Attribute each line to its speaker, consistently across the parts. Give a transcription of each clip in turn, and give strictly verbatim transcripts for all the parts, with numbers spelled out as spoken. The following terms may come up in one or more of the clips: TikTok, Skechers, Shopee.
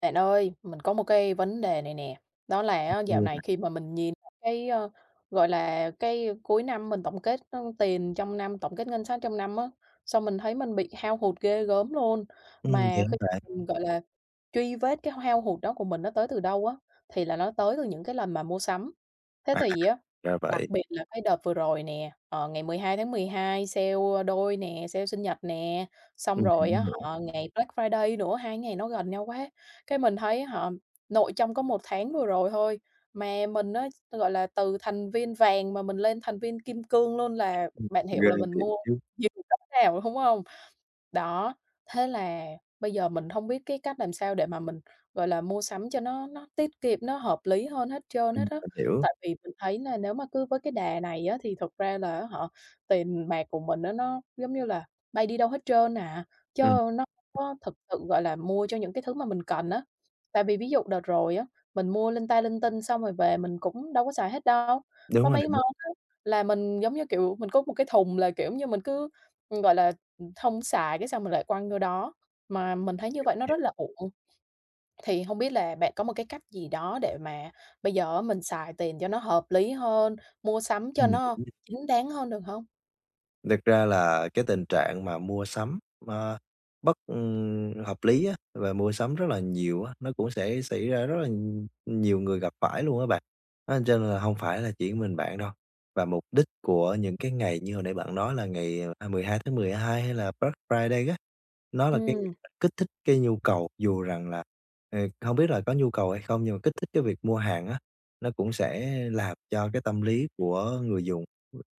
Speaker 1: Bạn ơi, mình có một cái vấn đề này nè, đó là á, dạo
Speaker 2: Ừm,
Speaker 1: này khi mà mình nhìn cái, ơ, gọi là, cái cuối năm mình tổng kết, ơ, tiền trong năm, tổng kết ngân sách trong năm á, xong mình thấy mình bị hao hụt ghê gớm luôn.
Speaker 2: ừm, vậy
Speaker 1: Mà
Speaker 2: hả
Speaker 1: khi
Speaker 2: bạn?
Speaker 1: mình, gọi là, truy vết cái hao hụt đó của mình nó tới từ đâu á, thì là nó tới từ những cái lần mà mua sắm. Thế
Speaker 2: À,
Speaker 1: thì á.
Speaker 2: ra
Speaker 1: Đặc
Speaker 2: vậy,
Speaker 1: biệt là cái đợt vừa rồi nè, ờ, ngày mười hai tháng mười hai sale, đôi nè, sale sinh nhật nè, xong
Speaker 2: mình hiểu,
Speaker 1: rồi
Speaker 2: mình
Speaker 1: á
Speaker 2: hiểu,
Speaker 1: họ ngày Black Friday nữa, hai ngày nó gần nhau quá, cái mình thấy họ nội trong có một tháng vừa rồi thôi, mà mình á, gọi là, từ thành viên vàng mà mình lên thành viên kim cương luôn là
Speaker 2: ừm,
Speaker 1: bạn hiểu
Speaker 2: ghê
Speaker 1: là mình
Speaker 2: thiệt
Speaker 1: mua
Speaker 2: chứ.
Speaker 1: nhiều cỡ nào, đúng hông? Đó, thế là bây giờ mình không biết cái cách làm sao để mà mình, gọi là, mua sắm cho nó nó tiết kiệm, nó hợp lý hơn hết trơn
Speaker 2: Ừm,
Speaker 1: hết á.
Speaker 2: mình hiểu,
Speaker 1: Tại vì mình thấy là nếu mà cứ với cái đà này á, thì thực ra là á hả, tiền bạc của mình á, nó, giống như là, bay đi đâu hết trơn à, chứ
Speaker 2: ừm,
Speaker 1: nó không có thực sự, gọi là, mua cho những cái thứ mà mình cần á. Tại vì ví dụ đợt rồi á, mình mua linh ta linh tinh xong rồi về mình cũng đâu có xài hết đâu.
Speaker 2: đúng
Speaker 1: Có
Speaker 2: rồi,
Speaker 1: mấy
Speaker 2: đúng,
Speaker 1: món á là mình, giống như kiểu, mình có một cái thùng là, kiểu như, mình cứ, gọi là không xài cái xong mình lại quăng vô đó, mà mình thấy như vậy nó rất
Speaker 2: hiểu,
Speaker 1: là uổng. Thì hông biết là bạn có một cái cách gì đó để mà bây giờ á mình xài tiền cho nó hợp lý hơn, mua sắm cho
Speaker 2: ừm.
Speaker 1: nó chính đáng hơn được hông?
Speaker 2: Thực ra là cái tình trạng mà mua sắm, ơ, bất ừm, hợp lý á, và mua sắm rất là nhiều á, nó cũng sẽ xảy ra rất là nhiều người gặp phải luôn á bạn. Á, cho nên là hông phải là chỉ mình bạn đâu. Và mục đích của những cái ngày như hồi nãy bạn nói là ngày, à, mười hai tháng mười hai hay là Black Friday á, nó là cái
Speaker 1: Ừm.
Speaker 2: kích thích cái nhu cầu, dù rằng là, ờ, hông biết là có nhu cầu hay không, nhưng mà kích thích cái việc mua hàng á, nó cũng sẽ làm cho cái tâm lý của người dùng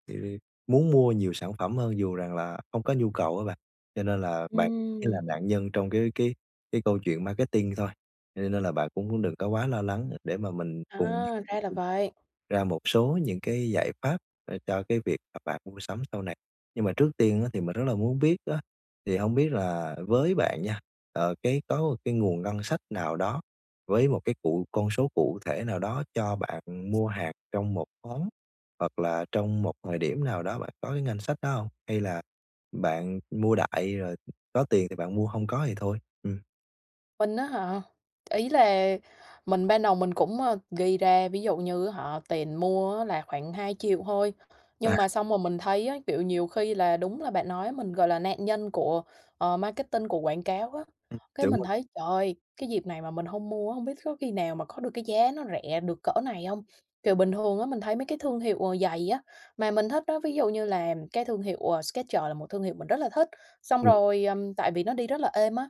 Speaker 2: thì muốn mua nhiều sản phẩm hơn dù rằng là không có nhu cầu á bạn. Cho nên là bạn cũng chỉ là
Speaker 1: Ừm.
Speaker 2: nạn nhân trong cái cái cái câu chuyện marketing thôi, cho nên là bạn cũng đừng có quá lo lắng để mà mình
Speaker 1: À,
Speaker 2: cùng nhau để
Speaker 1: ra là
Speaker 2: tìm
Speaker 1: vậy.
Speaker 2: ra một số những cái giải pháp, ờ, cho cái việc mà bạn mua sắm sau này. Nhưng mà trước tiên á, thì mình rất là muốn biết á, thì không biết là với bạn nha, ờ, cái có một cái nguồn ngân sách nào đó với một cái cụ con số cụ thể nào đó cho bạn mua hạt trong một tháng, hoặc là trong một thời điểm nào đó bạn có cái ngân sách đó không? Hay là bạn mua đại rồi có tiền thì bạn mua, không có thì thôi? Ừm,
Speaker 1: Mình á hả? Ý là mình ban đầu mình cũng, ơ, ghi ra ví dụ như họ tiền mua á là khoảng hai triệu thôi,
Speaker 2: à,
Speaker 1: nhưng mà xong rồi mình thấy á, kiểu, nhiều khi là đúng là bạn nói mình, gọi là, nạn nhân của, ờ, marketing, của quảng cáo á. Cái
Speaker 2: đúng
Speaker 1: mình
Speaker 2: rồi,
Speaker 1: thấy, trời ơi, cái dịp này mà mình không mua không biết có khi nào mà có được cái giá nó rẻ được cỡ này không? Kiểu, bình thường á, mình thấy mấy cái thương hiệu, ờ, giày á, mà mình thích đó ví dụ như là cái thương hiệu, ờ, Skechers là một thương hiệu mình rất là thích, xong
Speaker 2: ừm,
Speaker 1: rồi, ừm, tại vì nó đi rất là êm á.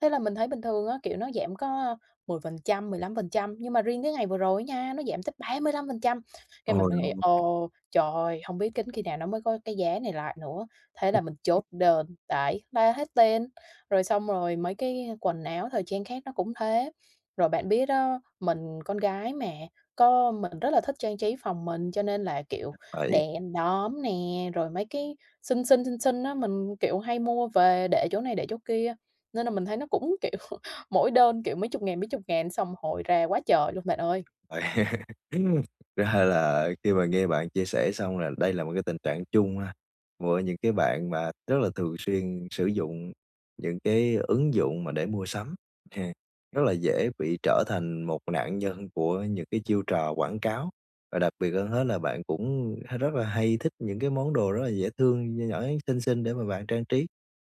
Speaker 1: Thế là mình thấy bình thường á, kiểu, nó giảm có mười phần trăm, mười lăm phần trăm, nhưng mà riêng cái ngày vừa rồi á nha, nó giảm tới ba mươi lăm phần trăm. Cái mình
Speaker 2: ôi,
Speaker 1: mới nghĩ: "Ồ, trời ơi, hông biết đến khi nào nó mới có cái giá này lại nữa." Thế là mình chốt đơn, đấy, la hết tên. Rồi xong rồi mấy cái quần áo thời trang khác nó cũng thế. Rồi bạn biết đó mình con gái mà, có mình rất là thích trang trí phòng mình, cho nên là, kiểu,
Speaker 2: vậy
Speaker 1: đèn đóm nè, rồi mấy cái xinh xinh, xinh xinh á, mình, kiểu, hay mua về để chỗ này để chỗ kia. Nên là mình thấy nó cũng, kiểu, mỗi đơn, kiểu, mấy chục ngàn, mấy chục ngàn xong hội ra quá trời luôn bạn ơi.
Speaker 2: Vậy ra là khi mà nghe bạn chia sẻ xong là đây là một cái tình trạng chung ha, của những cái bạn mà rất là thường xuyên sử dụng những cái ứng dụng mà để mua sắm, ha. Rất là dễ bị trở thành một nạn nhân của những cái chiêu trò quảng cáo, và đặc biệt hơn hết là bạn cũng rất là hay thích những cái món đồ rất là dễ thương, nho nhỏ, xinh xinh để mà bạn trang trí.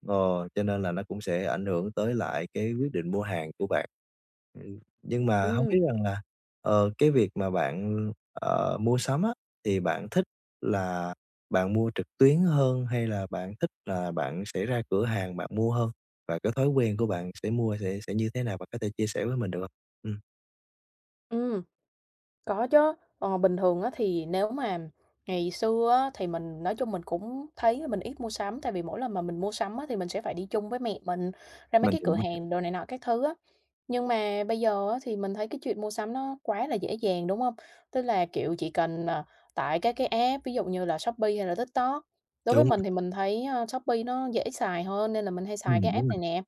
Speaker 2: Ờ, cho nên là nó cũng sẽ ảnh hưởng tới lại cái quyết định mua hàng của bạn. Nhưng mà không
Speaker 1: Ừm,
Speaker 2: biết rằng là, ờ, cái việc mà bạn, ờ, mua sắm á, thì bạn thích là bạn mua trực tuyến hơn hay là bạn thích là bạn sẽ ra cửa hàng bạn mua hơn? Và cái thói quen của bạn sẽ mua sẽ sẽ như thế nào? Bạn có thể chia sẻ với mình được không? Ừm.
Speaker 1: ừm. Có chứ. Ờ, bình thường á thì nếu mà ngày xưa á thì mình nói chung mình cũng thấy mình ít mua sắm, tại vì mỗi lần mà mình mua sắm á thì mình sẽ phải đi chung với mẹ mình ra mấy
Speaker 2: Mình
Speaker 1: cái
Speaker 2: hiểu,
Speaker 1: cửa
Speaker 2: mình hiểu.
Speaker 1: hàng đồ này nọ các thứ á. Nhưng mà bây giờ á thì mình thấy cái chuyện mua sắm nó quá là dễ dàng, đúng không? Tức là, kiểu, chỉ cần, à, tải các cái app, ví dụ như là Shopee hay là TikTok. Đối với
Speaker 2: Đúng rồi,
Speaker 1: mình thì mình thấy, a, Shopee nó dễ xài hơn nên là mình hay
Speaker 2: ừm,
Speaker 1: xài cái
Speaker 2: đúng
Speaker 1: app
Speaker 2: rồi.
Speaker 1: này nè.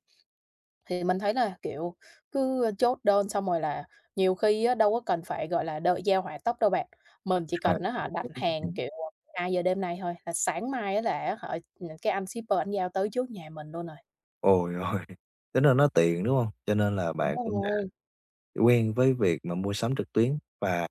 Speaker 1: Thì mình thấy là, kiểu, cứ ờ, chốt đơn xong rồi là nhiều khi á đâu có cần phải, gọi là, đợi giao hỏa tốc đâu bạn. Mình chỉ
Speaker 2: À,
Speaker 1: cần á hả
Speaker 2: đúng,
Speaker 1: đặt
Speaker 2: đúng, đúng,
Speaker 1: hàng,
Speaker 2: hiểu.
Speaker 1: kiểu, hai giờ đêm nay thôi, là sáng mai á là á hả, ừ, cái anh shipper anh giao tới trước nhà mình luôn rồi.
Speaker 2: Ôi, ôi, tính ra nó tiện, đúng không? Cho nên là bạn
Speaker 1: Đúng
Speaker 2: cũng
Speaker 1: rồi.
Speaker 2: quen với việc mà mua sắm trực tuyến và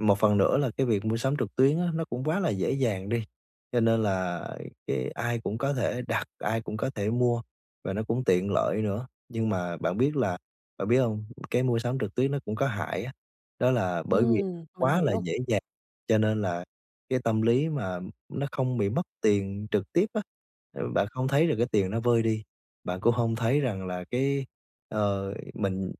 Speaker 2: một phần nữa là cái việc mua sắm trực tuyến á, nó cũng quá là dễ dàng đi, cho nên là cái ai cũng có thể đặt, ai cũng có thể mua và nó cũng tiện lợi nữa. Nhưng mà bạn biết là bạn biết không, cái mua sắm trực tuyến nó cũng có hại á, đó là bởi vì
Speaker 1: Ừm, mình
Speaker 2: quá là
Speaker 1: hiểu.
Speaker 2: dễ dàng, cho nên là cái tâm lý mà nó không bị mất tiền trực tiếp á, ờ, bạn không thấy được cái tiền nó vơi đi, bạn cũng không thấy rằng là cái, ờ, mình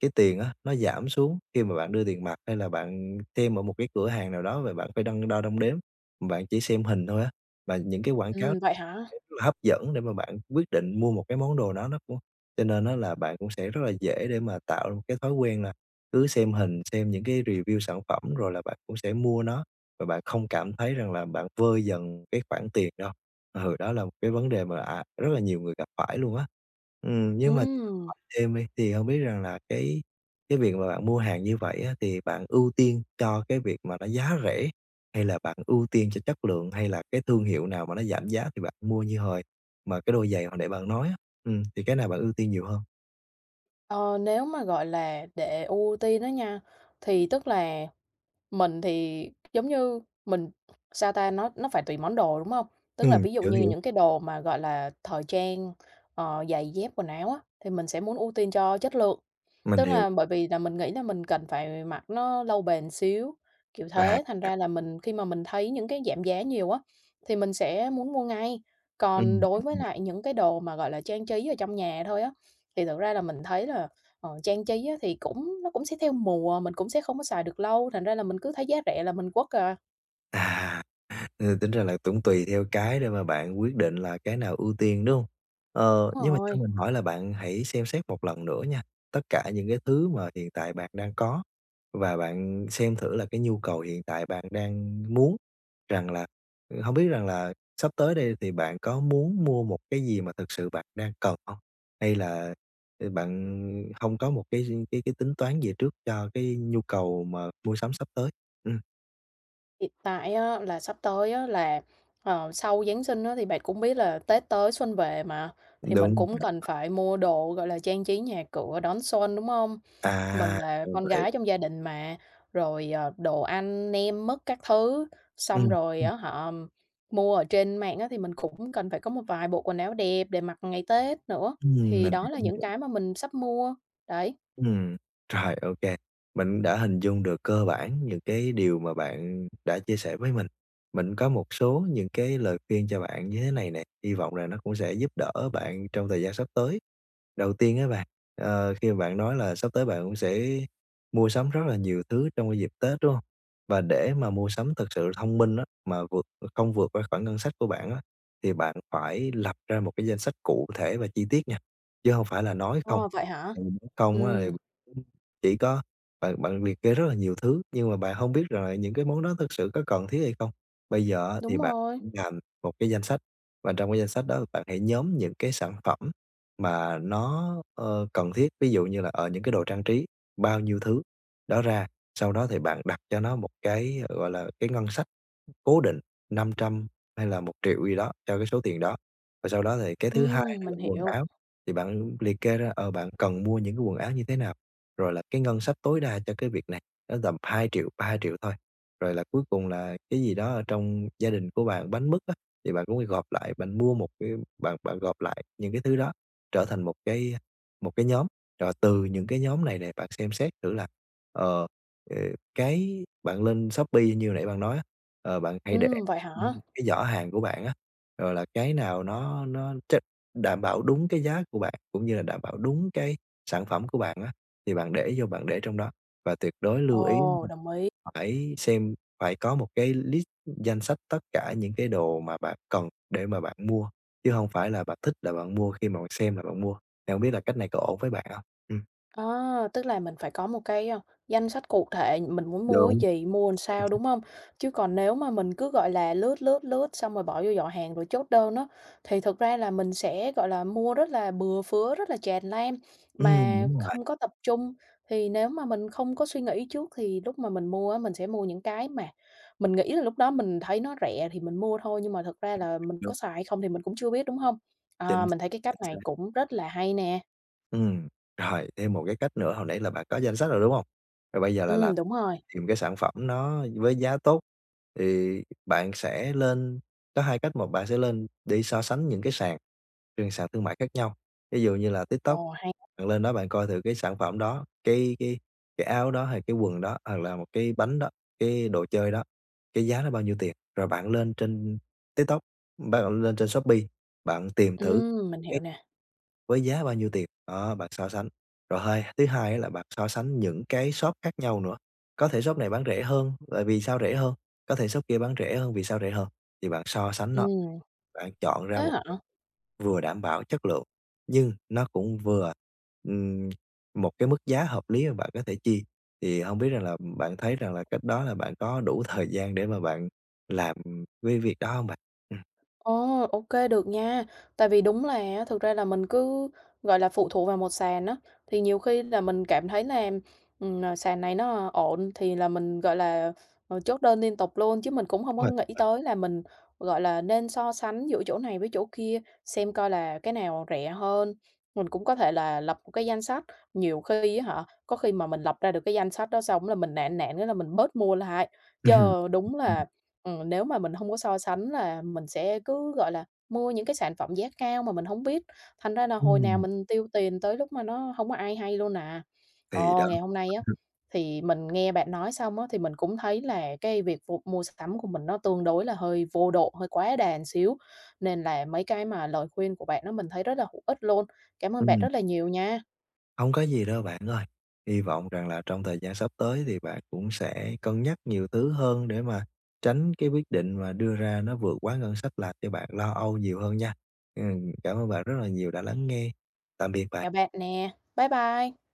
Speaker 2: cái tiền á, nó giảm xuống khi mà bạn đưa tiền mặt hay là bạn xem ở một cái cửa hàng nào đó và bạn phải đong đo đong đếm, bạn chỉ xem hình thôi á, và những cái quảng cáo
Speaker 1: Ừm, vậy hả?
Speaker 2: rất là hấp dẫn để mà bạn quyết định mua một cái món đồ đó nó cũng cho nên nó là bạn cũng sẽ rất là dễ để mà tạo ra một cái thói quen là cứ xem hình, xem những cái review sản phẩm rồi là bạn cũng sẽ mua nó và bạn không cảm thấy rằng là bạn vơi dần cái khoản tiền đâu. Ừ, đó là một cái vấn đề mà, à, rất là nhiều người gặp phải luôn á. Ừm, nhưng mà
Speaker 1: Ừm,
Speaker 2: thêm đi, thì không biết rằng là cái cái việc mà bạn mua hàng như vậy á, thì bạn ưu tiên cho cái việc mà nó giá rẻ, hay là bạn ưu tiên cho chất lượng, hay là cái thương hiệu nào mà nó giảm giá thì bạn mua như hồi mà cái đôi giày hồi nãy bạn nói á, ừm, thì cái nào bạn ưu tiên nhiều hơn?
Speaker 1: ờ, nếu mà, gọi là, để ưu tiên đó nha, thì tức là mình thì, giống như, mình sao ta, nó nó phải tùy món đồ, đúng không? Tức là
Speaker 2: Ừm,
Speaker 1: ví dụ
Speaker 2: hiểu,
Speaker 1: như
Speaker 2: hiểu,
Speaker 1: những cái đồ mà, gọi là, thời trang, ờ, giày dép, quần áo á, thì mình sẽ muốn ưu tiên cho chất lượng.
Speaker 2: mình
Speaker 1: Tức
Speaker 2: hiểu,
Speaker 1: là bởi vì là mình nghĩ là mình cần phải mặc nó lâu bền xíu, kiểu
Speaker 2: và
Speaker 1: thế, thành ra là mình khi mà mình thấy những cái giảm giá nhiều á, thì mình sẽ muốn mua ngay. Còn
Speaker 2: ừm,
Speaker 1: đối
Speaker 2: hiểu,
Speaker 1: với
Speaker 2: hiểu.
Speaker 1: lại những cái đồ mà, gọi là, trang trí ở trong nhà thôi á, thì thực ra là mình thấy là Ờ, trang trí á thì cũng nó cũng sẽ theo mùa, mình cũng sẽ không có xài được lâu, thành ra là mình cứ thấy giá rẻ là mình quất à.
Speaker 2: À. Ừ, tính ra là cũng tùy theo cái để mà bạn quyết định là cái nào ưu tiên, đúng không? Ờ,
Speaker 1: Đúng
Speaker 2: nhưng mà cho
Speaker 1: rồi,
Speaker 2: mình hỏi là bạn hãy xem xét một lần nữa nha, tất cả những cái thứ mà hiện tại bạn đang có và bạn xem thử là cái nhu cầu hiện tại bạn đang muốn rằng là không biết rằng là sắp tới đây thì bạn có muốn mua một cái gì mà thực sự bạn đang cần không? Hay là, ừ, bạn không có một cái cái cái tính toán gì trước cho cái nhu cầu mà mua sắm sắp tới? Ừm,
Speaker 1: hiện tại á là sắp tới á là, ờ, sau Giáng sinh á thì bạn cũng biết là Tết tới xuân về mà, thì mình
Speaker 2: đúng,
Speaker 1: cũng
Speaker 2: rồi.
Speaker 1: cần phải mua đồ, gọi là, trang trí nhà cửa đón xuân, đúng không? Mình
Speaker 2: À,
Speaker 1: là
Speaker 2: ra
Speaker 1: con
Speaker 2: vậy.
Speaker 1: gái trong gia đình mà, rồi, ờ, đồ ăn nem mứt các thứ, xong
Speaker 2: Ừm,
Speaker 1: rồi
Speaker 2: ừm,
Speaker 1: á họ mua ở trên mạng á thì mình cũng cần phải có một vài bộ quần áo đẹp để mặc ngày Tết nữa,
Speaker 2: ừm,
Speaker 1: thì
Speaker 2: mình
Speaker 1: đó
Speaker 2: hiểu,
Speaker 1: là
Speaker 2: mình
Speaker 1: những cái mà mình sắp mua. Đấy.
Speaker 2: ừm, rồi, ok. Mình đã hình dung được cơ bản những cái điều mà bạn đã chia sẻ với mình. Mình có một số những cái lời khuyên cho bạn như thế này nè, hy vọng là nó cũng sẽ giúp đỡ bạn trong thời gian sắp tới. Đầu tiên á bạn, ờ, khi mà bạn nói là sắp tới bạn cũng sẽ mua sắm rất là nhiều thứ trong cái dịp Tết, đúng hông? Và để mà mua sắm thật sự thông minh á, mà vượt không vượt qua khoản ngân sách của bạn á, thì bạn phải lập ra một cái danh sách cụ thể và chi tiết nha, chứ không phải là nói không.
Speaker 1: Ờ, vậy hả?
Speaker 2: Tại vì mất công á thì
Speaker 1: Ừm,
Speaker 2: cũng chỉ có bạn bạn liệt kê rất là nhiều thứ, nhưng mà bạn hông biết rằng là những cái món đó thực sự có cần thiết hay không. Bây giờ á thì
Speaker 1: đúng
Speaker 2: bạn
Speaker 1: rồi.
Speaker 2: hãy làm một cái danh sách, và trong cái danh sách đó bạn hãy nhóm những cái sản phẩm mà nó, ơ, cần thiết, ví dụ như là, ờ, những cái đồ trang trí, bao nhiêu thứ đó ra. Sau đó thì bạn đặt cho nó một cái, ờ, gọi là, cái ngân sách cố định năm trăm hay là một triệu gì đó cho cái số tiền đó. Và sau đó thì cái thứ hai
Speaker 1: Ừm,
Speaker 2: đó là
Speaker 1: mình
Speaker 2: quần
Speaker 1: hiểu.
Speaker 2: áo. Thì bạn liệt kê ra, ờ, bạn cần mua những cái quần áo như thế nào, rồi là cái ngân sách tối đa cho cái việc này, nó tầm hai triệu ba triệu thôi. Rồi là cuối cùng là cái gì đó ở trong gia đình của bạn, bánh mứt á, thì bạn cũng phải gộp lại, bạn mua một cái bạn bạn gộp lại những cái thứ đó trở thành một cái một cái nhóm. Rồi từ những cái nhóm này này bạn xem xét thử là, ờ, ờ, cái bạn lên Shopee như nãy bạn nói á, ờ, bạn hay để
Speaker 1: Ừm, vậy hả?
Speaker 2: cái giỏ hàng của bạn á, rồi là cái nào nó nó tr đảm bảo đúng cái giá của bạn, cũng như là đảm bảo đúng cái sản phẩm của bạn á, thì bạn để vô bạn để trong đó. Và tuyệt đối lưu ý
Speaker 1: Ồ, đồng ý.
Speaker 2: phải xem phải có một cái list danh sách tất cả những cái đồ mà bạn cần để mà bạn mua, chứ không phải là bạn thích là bạn mua, khi mà bạn xem là bạn mua. Thì không biết là cách này có ổn với bạn không? Ừm.
Speaker 1: À, tức là mình phải có một cái, a, danh sách cụ thể mình muốn mua cái
Speaker 2: Đúng.
Speaker 1: gì, mua làm sao, đúng không? Chứ còn nếu mà mình cứ, gọi là, lướt, lướt, lướt xong rồi bỏ vô giỏ hàng rồi chốt đơn á, thì thực ra là mình sẽ, gọi là, mua rất là bừa phứa, rất là tràn lan
Speaker 2: Ừm,
Speaker 1: mà
Speaker 2: đúng rồi,
Speaker 1: không có tập trung. Thì nếu mà mình không có suy nghĩ trước thì lúc mà mình mua á, mình sẽ mua những cái mà mình nghĩ là lúc đó mình thấy nó rẻ thì mình mua thôi, nhưng mà thực ra là mình có
Speaker 2: đúng,
Speaker 1: xài hay không thì mình cũng chưa biết, đúng không? À,
Speaker 2: chính
Speaker 1: mình thấy cái cách
Speaker 2: chính xác.
Speaker 1: này cũng rất là hay nè.
Speaker 2: Ừm, rồi, thêm một cái cách nữa hồi nãy là bạn có danh sách rồi, đúng hông? Rồi bây giờ là làm
Speaker 1: Ừm, đúng rồi.
Speaker 2: tìm cái sản phẩm nó với giá tốt, thì bạn sẽ lên có hai cách, một bạn sẽ lên đi so sánh những cái sàn trên sàn thương mại khác nhau, ví dụ như là TikTok,
Speaker 1: Ồ.
Speaker 2: bạn lên đó bạn coi thử cái sản phẩm đó, cái cái cái áo đó hay cái quần đó, hoặc là một cái bánh đó, cái đồ chơi đó, cái giá nó bao nhiêu tiền. Rồi bạn lên trên TikTok, bạn lên trên Shopee, bạn tìm thử
Speaker 1: Ừm, mình hiểu nè.
Speaker 2: với giá bao nhiêu tiền, đó, bạn so sánh. Rồi hai thứ hai á là bạn so sánh những cái shop khác nhau nữa, có thể shop này bán rẻ hơn, tại vì sao rẻ hơn, có thể shop kia bán rẻ hơn, vì sao rẻ hơn, thì bạn so sánh nó,
Speaker 1: Ừm,
Speaker 2: bạn chọn ra
Speaker 1: thế
Speaker 2: một
Speaker 1: hả?
Speaker 2: cái vừa đảm bảo chất lượng, nhưng nó cũng vừa, ừm, một cái mức giá hợp lý mà bạn có thể chi. Thì không biết rằng là bạn thấy rằng là cách đó là bạn có đủ thời gian để mà bạn làm cái việc đó không bạn? Ừm,
Speaker 1: Ồ, ok được nha. Tại vì đúng là á, thực ra là mình cứ, gọi là, phụ thuộc vào một sàn á, thì nhiều khi là mình cảm thấy là, ừm, ờ, sàn này nó ổn thì là mình, gọi là, ờ, chốt đơn liên tục luôn, chứ mình cũng không
Speaker 2: đúng
Speaker 1: có
Speaker 2: rồi.
Speaker 1: nghĩ tới là mình, gọi là, nên so sánh giữa chỗ này với chỗ kia, xem coi là cái nào rẻ hơn. Mình cũng có thể là lập một cái danh sách, nhiều khi á hả, có khi mà mình lập ra được cái danh sách đó xong là mình nản nản cái là mình bớt mua lại.
Speaker 2: Ừm,
Speaker 1: Chờ đúng là Ừm, nếu mà mình không có so sánh là mình sẽ cứ, gọi là, mua những cái sản phẩm giá cao mà mình không biết, thành ra là hồi nào mình tiêu tiền tới lúc mà nó không có ai hay luôn à.
Speaker 2: thì đó.
Speaker 1: Ồ, ngày hôm nay á, thì mình nghe bạn nói xong á, thì mình cũng thấy là cái việc vụ mua sắm của mình nó tương đối là hơi vô độ, hơi quá đà một xíu, nên là mấy cái mà lời khuyên của bạn đó mình thấy rất là hữu ích luôn. Cảm ơn bạn rất là nhiều nha.
Speaker 2: Không có gì đâu bạn ơi. Hy vọng rằng là trong thời gian sắp tới thì bạn cũng sẽ cân nhắc nhiều thứ hơn để mà tránh cái quyết định mà đưa ra nó vượt quá ngân sách làm cho bạn lo âu nhiều hơn nha. Ừm, cảm ơn bạn rất là nhiều đã lắng nghe. Tạm biệt
Speaker 1: Chào
Speaker 2: bạn.
Speaker 1: bạn nè. Bye bye.